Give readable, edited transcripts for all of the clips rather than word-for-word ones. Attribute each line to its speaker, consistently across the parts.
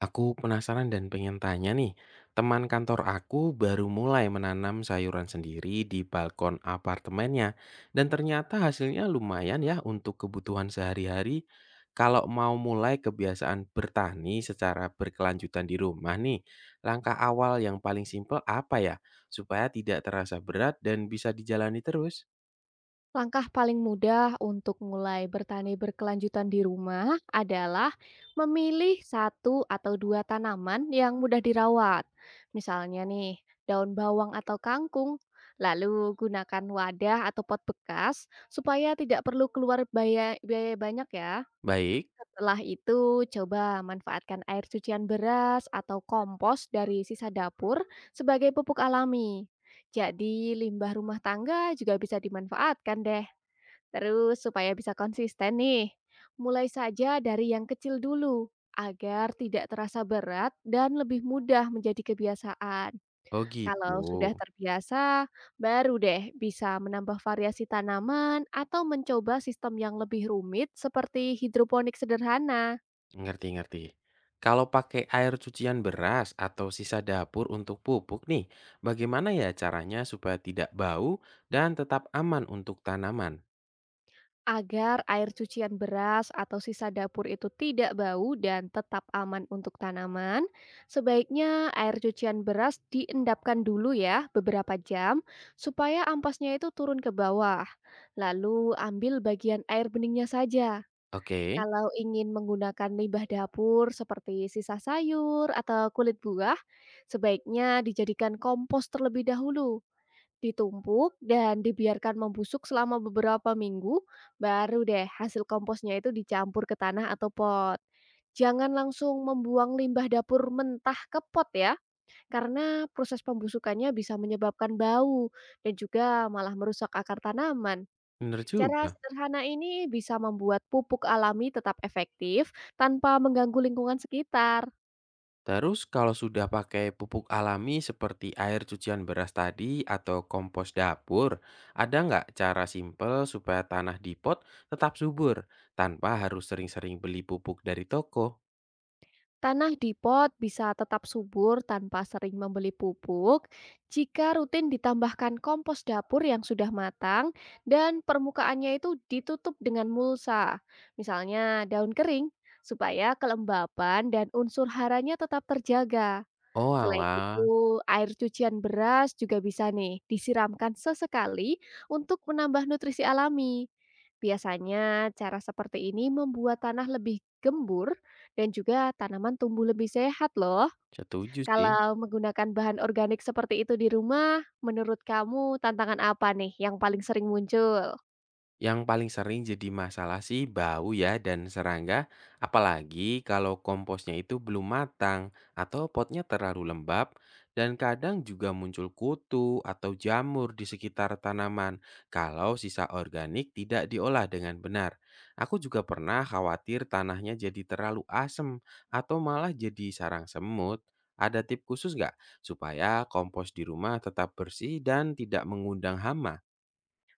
Speaker 1: Aku penasaran dan pengen tanya nih, teman kantor aku baru mulai menanam sayuran sendiri di balkon apartemennya, dan ternyata hasilnya lumayan ya untuk kebutuhan sehari-hari. Kalau mau mulai kebiasaan bertani secara berkelanjutan di rumah nih, langkah awal yang paling simpel apa ya? Supaya tidak terasa berat dan bisa dijalani terus.
Speaker 2: Langkah paling mudah untuk mulai bertani berkelanjutan di rumah adalah memilih satu atau dua tanaman yang mudah dirawat. Misalnya nih, daun bawang atau kangkung. Lalu gunakan wadah atau pot bekas supaya tidak perlu keluar biaya banyak ya.
Speaker 1: Baik,
Speaker 2: Setelah itu, coba manfaatkan air cucian beras atau kompos dari sisa dapur sebagai pupuk alami. Jadi, limbah rumah tangga juga bisa dimanfaatkan deh. Terus, supaya bisa konsisten nih, mulai saja dari yang kecil dulu agar tidak terasa berat dan lebih mudah menjadi kebiasaan.
Speaker 1: oh
Speaker 2: Kalau sudah
Speaker 1: gitu.
Speaker 2: terbiasa, baru deh bisa menambah variasi tanaman atau mencoba sistem yang lebih rumit seperti hidroponik sederhana,
Speaker 1: Ngerti, ngerti. Kalau pakai air cucian beras atau sisa dapur untuk pupuk nih, bagaimana ya caranya supaya tidak bau dan tetap aman untuk tanaman?
Speaker 2: agar air cucian beras atau sisa dapur itu tidak bau dan tetap aman untuk tanaman. Sebaiknya air cucian beras diendapkan dulu ya beberapa jam supaya ampasnya itu turun ke bawah. Lalu ambil bagian air beningnya saja.
Speaker 1: Oke,
Speaker 2: Kalau ingin menggunakan limbah dapur seperti sisa sayur atau kulit buah, sebaiknya dijadikan kompos terlebih dahulu. Ditumpuk dan dibiarkan membusuk selama beberapa minggu, baru deh hasil komposnya itu dicampur ke tanah atau pot. Jangan langsung membuang limbah dapur mentah ke pot ya, karena proses pembusukannya bisa menyebabkan bau dan juga malah merusak akar tanaman.
Speaker 1: bener
Speaker 2: Cara
Speaker 1: juga.
Speaker 2: sederhana ini bisa membuat pupuk alami tetap efektif tanpa mengganggu lingkungan sekitar.
Speaker 1: Terus kalau sudah pakai pupuk alami seperti air cucian beras tadi atau kompos dapur, ada nggak cara simpel supaya tanah di pot tetap subur tanpa harus sering-sering beli pupuk dari toko?
Speaker 2: Tanah di pot bisa tetap subur tanpa sering membeli pupuk jika rutin ditambahkan kompos dapur yang sudah matang dan permukaannya itu ditutup dengan mulsa, misalnya daun kering, supaya kelembapan dan unsur haranya tetap terjaga.
Speaker 1: Oh
Speaker 2: Selain
Speaker 1: alah,
Speaker 2: itu, air cucian beras juga bisa nih disiramkan sesekali untuk menambah nutrisi alami. Biasanya cara seperti ini membuat tanah lebih gembur dan juga tanaman tumbuh lebih sehat loh.
Speaker 1: setuju sih.
Speaker 2: Kalau menggunakan bahan organik seperti itu di rumah, menurut kamu tantangan apa nih yang paling sering muncul?
Speaker 1: Yang paling sering jadi masalah sih bau ya dan serangga, apalagi kalau komposnya itu belum matang atau potnya terlalu lembab dan kadang juga muncul kutu atau jamur di sekitar tanaman kalau sisa organik tidak diolah dengan benar. Aku juga pernah khawatir tanahnya jadi terlalu asem atau malah jadi sarang semut. Ada tip khusus nggak supaya kompos di rumah tetap bersih dan tidak mengundang hama?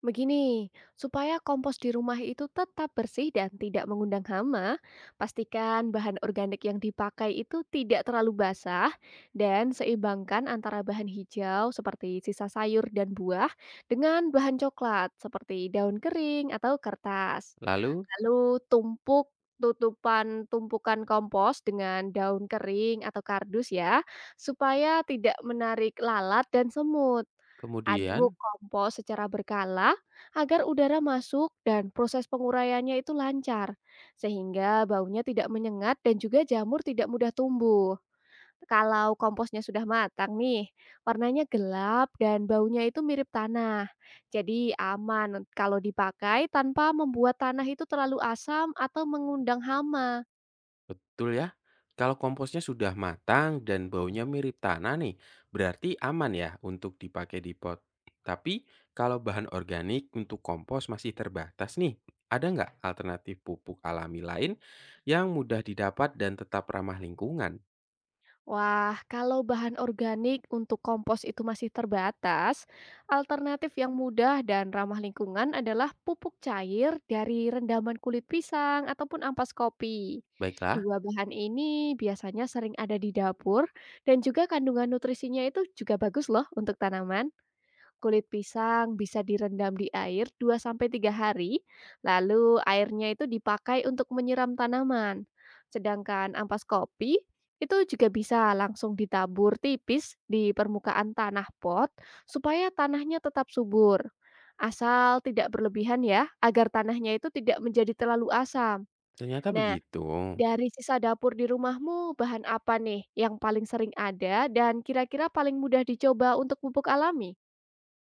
Speaker 2: Begini, supaya kompos di rumah itu tetap bersih dan tidak mengundang hama, pastikan bahan organik yang dipakai itu tidak terlalu basah dan seimbangkan antara bahan hijau seperti sisa sayur dan buah dengan bahan coklat seperti daun kering atau kertas.
Speaker 1: Lalu,
Speaker 2: Lalu tumpuk tutupan tumpukan kompos dengan daun kering atau kardus ya, supaya tidak menarik lalat dan semut. Aduk
Speaker 1: kemudian.
Speaker 2: kompos secara berkala agar udara masuk dan proses penguraiannya itu lancar, sehingga baunya tidak menyengat dan juga jamur tidak mudah tumbuh. Kalau komposnya sudah matang nih, warnanya gelap dan baunya itu mirip tanah. Jadi aman kalau dipakai tanpa membuat tanah itu terlalu asam atau mengundang hama.
Speaker 1: Betul ya. Kalau komposnya sudah matang dan baunya mirip tanah nih, berarti aman ya untuk dipakai di pot. Tapi kalau bahan organik untuk kompos masih terbatas nih, ada nggak alternatif pupuk alami lain yang mudah didapat dan tetap ramah lingkungan?
Speaker 2: Wah, kalau bahan organik untuk kompos itu masih terbatas, alternatif yang mudah dan ramah lingkungan adalah pupuk cair dari rendaman kulit pisang ataupun ampas kopi.
Speaker 1: Baiklah,
Speaker 2: Dua bahan ini biasanya sering ada di dapur dan juga kandungan nutrisinya itu juga bagus loh untuk tanaman. Kulit pisang bisa direndam di air 2 sampai 3 hari, lalu airnya itu dipakai untuk menyiram tanaman. Sedangkan ampas kopi itu juga bisa langsung ditabur tipis di permukaan tanah pot supaya tanahnya tetap subur. Asal tidak berlebihan ya, agar tanahnya itu tidak menjadi terlalu asam.
Speaker 1: ternyata
Speaker 2: Nah,
Speaker 1: begitu.
Speaker 2: dari sisa dapur di rumahmu, bahan apa nih yang paling sering ada dan kira-kira paling mudah dicoba untuk pupuk alami?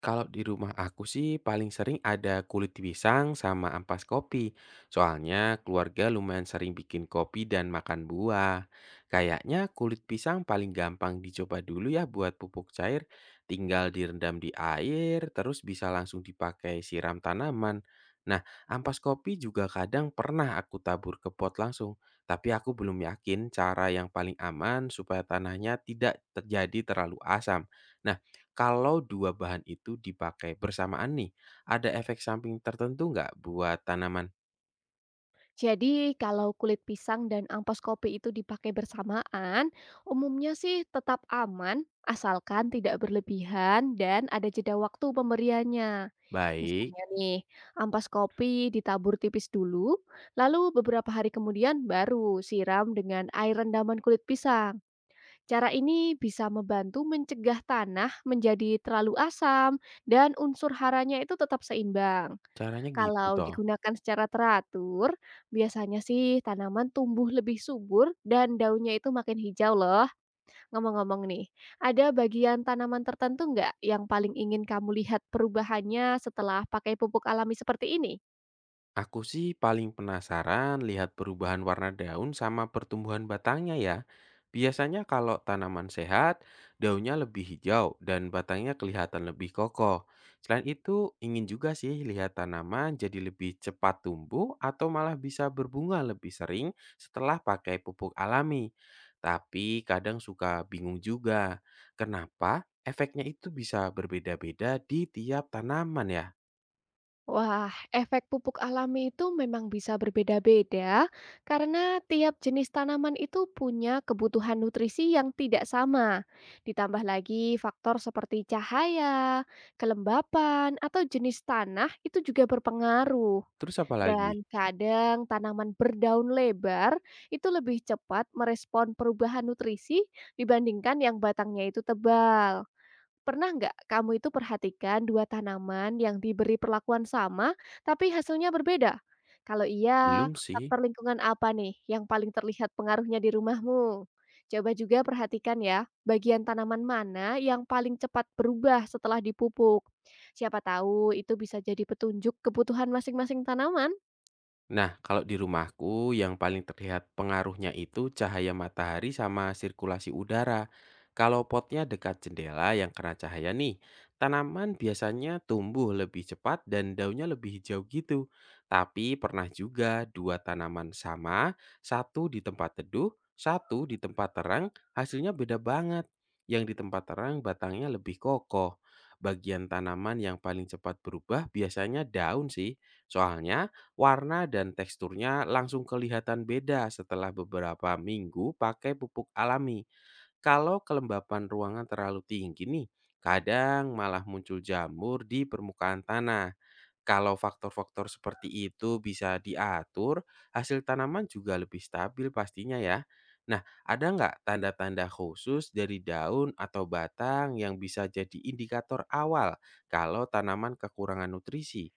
Speaker 1: Kalau di rumah aku sih paling sering ada kulit pisang sama ampas kopi. Soalnya keluarga lumayan sering bikin kopi dan makan buah. Kayaknya kulit pisang paling gampang dicoba dulu ya buat pupuk cair. Tinggal direndam di air, terus bisa langsung dipakai siram tanaman. Nah, ampas kopi juga kadang pernah aku tabur ke pot langsung. Tapi aku belum yakin cara yang paling aman supaya tanahnya tidak terjadi terlalu asam. Nah, kalau 2 bahan itu dipakai bersamaan nih, ada efek samping tertentu nggak buat tanaman?
Speaker 2: Jadi kalau kulit pisang dan ampas kopi itu dipakai bersamaan, umumnya sih tetap aman asalkan tidak berlebihan dan ada jeda waktu pemberiannya.
Speaker 1: Baik,
Speaker 2: Misalnya nih, ampas kopi ditabur tipis dulu, lalu beberapa hari kemudian baru siram dengan air rendaman kulit pisang. Cara ini bisa membantu mencegah tanah menjadi terlalu asam dan unsur haranya itu tetap seimbang.
Speaker 1: caranya gitu
Speaker 2: Kalau
Speaker 1: toh.
Speaker 2: digunakan secara teratur, biasanya sih tanaman tumbuh lebih subur dan daunnya itu makin hijau loh. Ngomong-ngomong nih, ada bagian tanaman tertentu nggak yang paling ingin kamu lihat perubahannya setelah pakai pupuk alami seperti ini?
Speaker 1: Aku sih paling penasaran lihat perubahan warna daun sama pertumbuhan batangnya ya. Biasanya kalau tanaman sehat, daunnya lebih hijau dan batangnya kelihatan lebih kokoh. Selain itu, ingin juga sih lihat tanaman jadi lebih cepat tumbuh atau malah bisa berbunga lebih sering setelah pakai pupuk alami. Tapi kadang suka bingung juga, kenapa efeknya itu bisa berbeda-beda di tiap tanaman ya?
Speaker 2: Wah, efek pupuk alami itu memang bisa berbeda-beda karena tiap jenis tanaman itu punya kebutuhan nutrisi yang tidak sama. Ditambah lagi faktor seperti cahaya, kelembapan, atau jenis tanah itu juga berpengaruh.
Speaker 1: Terus apa lagi?
Speaker 2: Dan kadang tanaman berdaun lebar itu lebih cepat merespon perubahan nutrisi dibandingkan yang batangnya itu tebal. Pernah nggak kamu itu perhatikan 2 tanaman yang diberi perlakuan sama, tapi hasilnya berbeda? Kalau iya,
Speaker 1: Belum sih.
Speaker 2: faktor lingkungan apa nih yang paling terlihat pengaruhnya di rumahmu? Coba juga perhatikan ya, bagian tanaman mana yang paling cepat berubah setelah dipupuk. Siapa tahu itu bisa jadi petunjuk kebutuhan masing-masing tanaman.
Speaker 1: Nah, kalau di rumahku yang paling terlihat pengaruhnya itu cahaya matahari sama sirkulasi udara. Kalau potnya dekat jendela yang kena cahaya nih, tanaman biasanya tumbuh lebih cepat dan daunnya lebih hijau gitu. Tapi pernah juga dua tanaman sama, satu di tempat teduh, satu di tempat terang, hasilnya beda banget. Yang di tempat terang batangnya lebih kokoh. Bagian tanaman yang paling cepat berubah biasanya daun sih. Soalnya warna dan teksturnya langsung kelihatan beda setelah beberapa minggu pakai pupuk alami. Kalau kelembapan ruangan terlalu tinggi nih, kadang malah muncul jamur di permukaan tanah. Kalau faktor-faktor seperti itu bisa diatur, hasil tanaman juga lebih stabil pastinya ya. Nah, ada nggak tanda-tanda khusus dari daun atau batang yang bisa jadi indikator awal kalau tanaman kekurangan nutrisi?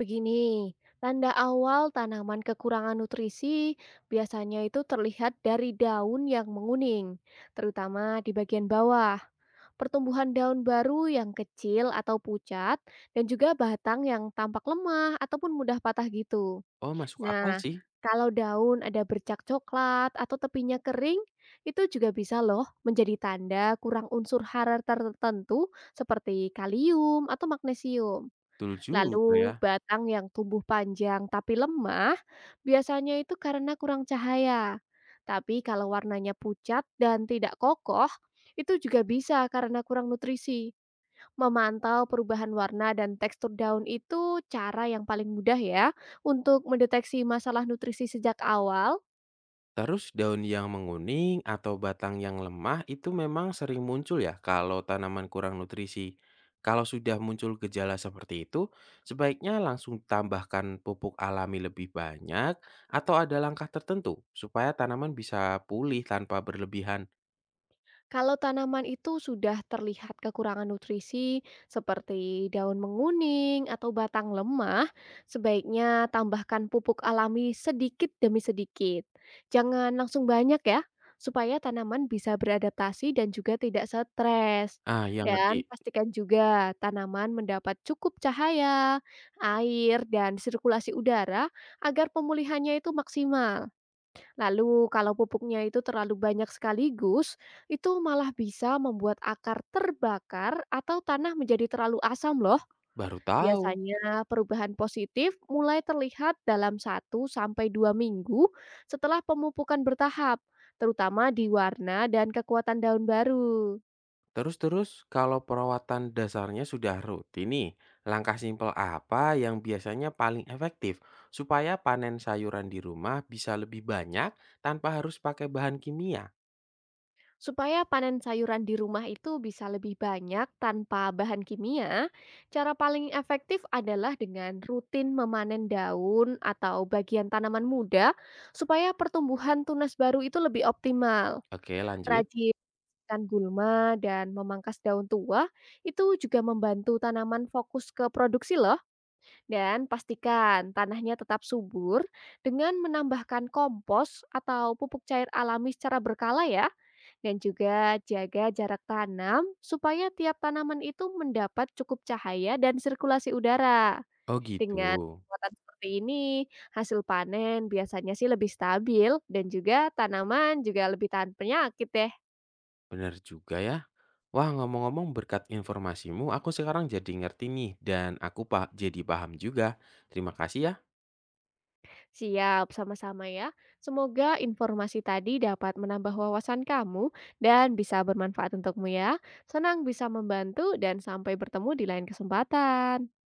Speaker 2: Begini, tanda awal tanaman kekurangan nutrisi biasanya itu terlihat dari daun yang menguning, terutama di bagian bawah. Pertumbuhan daun baru yang kecil atau pucat, dan juga batang yang tampak lemah ataupun mudah patah gitu.
Speaker 1: Oh, masuk akal
Speaker 2: Nah,
Speaker 1: sih.
Speaker 2: kalau daun ada bercak coklat atau tepinya kering, itu juga bisa loh menjadi tanda kurang unsur hara tertentu seperti kalium atau magnesium.
Speaker 1: Betul juga ya.
Speaker 2: Lalu batang yang tumbuh panjang tapi lemah biasanya itu karena kurang cahaya. Tapi kalau warnanya pucat dan tidak kokoh, itu juga bisa karena kurang nutrisi. Memantau perubahan warna dan tekstur daun itu cara yang paling mudah ya untuk mendeteksi masalah nutrisi sejak awal.
Speaker 1: Terus daun yang menguning atau batang yang lemah itu memang sering muncul ya kalau tanaman kurang nutrisi. Kalau sudah muncul gejala seperti itu, sebaiknya langsung tambahkan pupuk alami lebih banyak atau ada langkah tertentu supaya tanaman bisa pulih tanpa berlebihan.
Speaker 2: Kalau tanaman itu sudah terlihat kekurangan nutrisi seperti daun menguning atau batang lemah, sebaiknya tambahkan pupuk alami sedikit demi sedikit. Jangan langsung banyak ya, supaya tanaman bisa beradaptasi dan juga tidak stres.
Speaker 1: Ah, yang ngerti.
Speaker 2: Dan pastikan juga tanaman mendapat cukup cahaya, air, dan sirkulasi udara agar pemulihannya itu maksimal. Lalu kalau pupuknya itu terlalu banyak sekaligus, itu malah bisa membuat akar terbakar atau tanah menjadi terlalu asam loh.
Speaker 1: Baru tahu.
Speaker 2: Biasanya perubahan positif mulai terlihat dalam 1 sampai 2 minggu setelah pemupukan bertahap, terutama di warna dan kekuatan daun baru.
Speaker 1: Terus-terus, kalau perawatan dasarnya sudah rutin nih, langkah simpel apa yang biasanya paling efektif supaya panen sayuran di rumah bisa lebih banyak tanpa harus pakai bahan kimia?
Speaker 2: Supaya panen sayuran di rumah itu bisa lebih banyak tanpa bahan kimia, cara paling efektif adalah dengan rutin memanen daun atau bagian tanaman muda supaya pertumbuhan tunas baru itu lebih optimal.
Speaker 1: Oke, lanjut.
Speaker 2: Rajin ikan gulma dan memangkas daun tua itu juga membantu tanaman fokus ke produksi loh. Dan pastikan tanahnya tetap subur dengan menambahkan kompos atau pupuk cair alami secara berkala ya. Dan juga jaga jarak tanam supaya tiap tanaman itu mendapat cukup cahaya dan sirkulasi udara.
Speaker 1: Oh gitu,
Speaker 2: Dengan perawatan seperti ini, hasil panen biasanya sih lebih stabil dan juga tanaman juga lebih tahan penyakit deh.
Speaker 1: bener juga ya. Wah, ngomong-ngomong berkat informasimu, aku sekarang jadi ngerti nih dan aku jadi paham juga. Terima kasih ya
Speaker 2: Siap, sama-sama ya. Semoga informasi tadi dapat menambah wawasan kamu dan bisa bermanfaat untukmu ya. Senang bisa membantu dan sampai bertemu di lain kesempatan.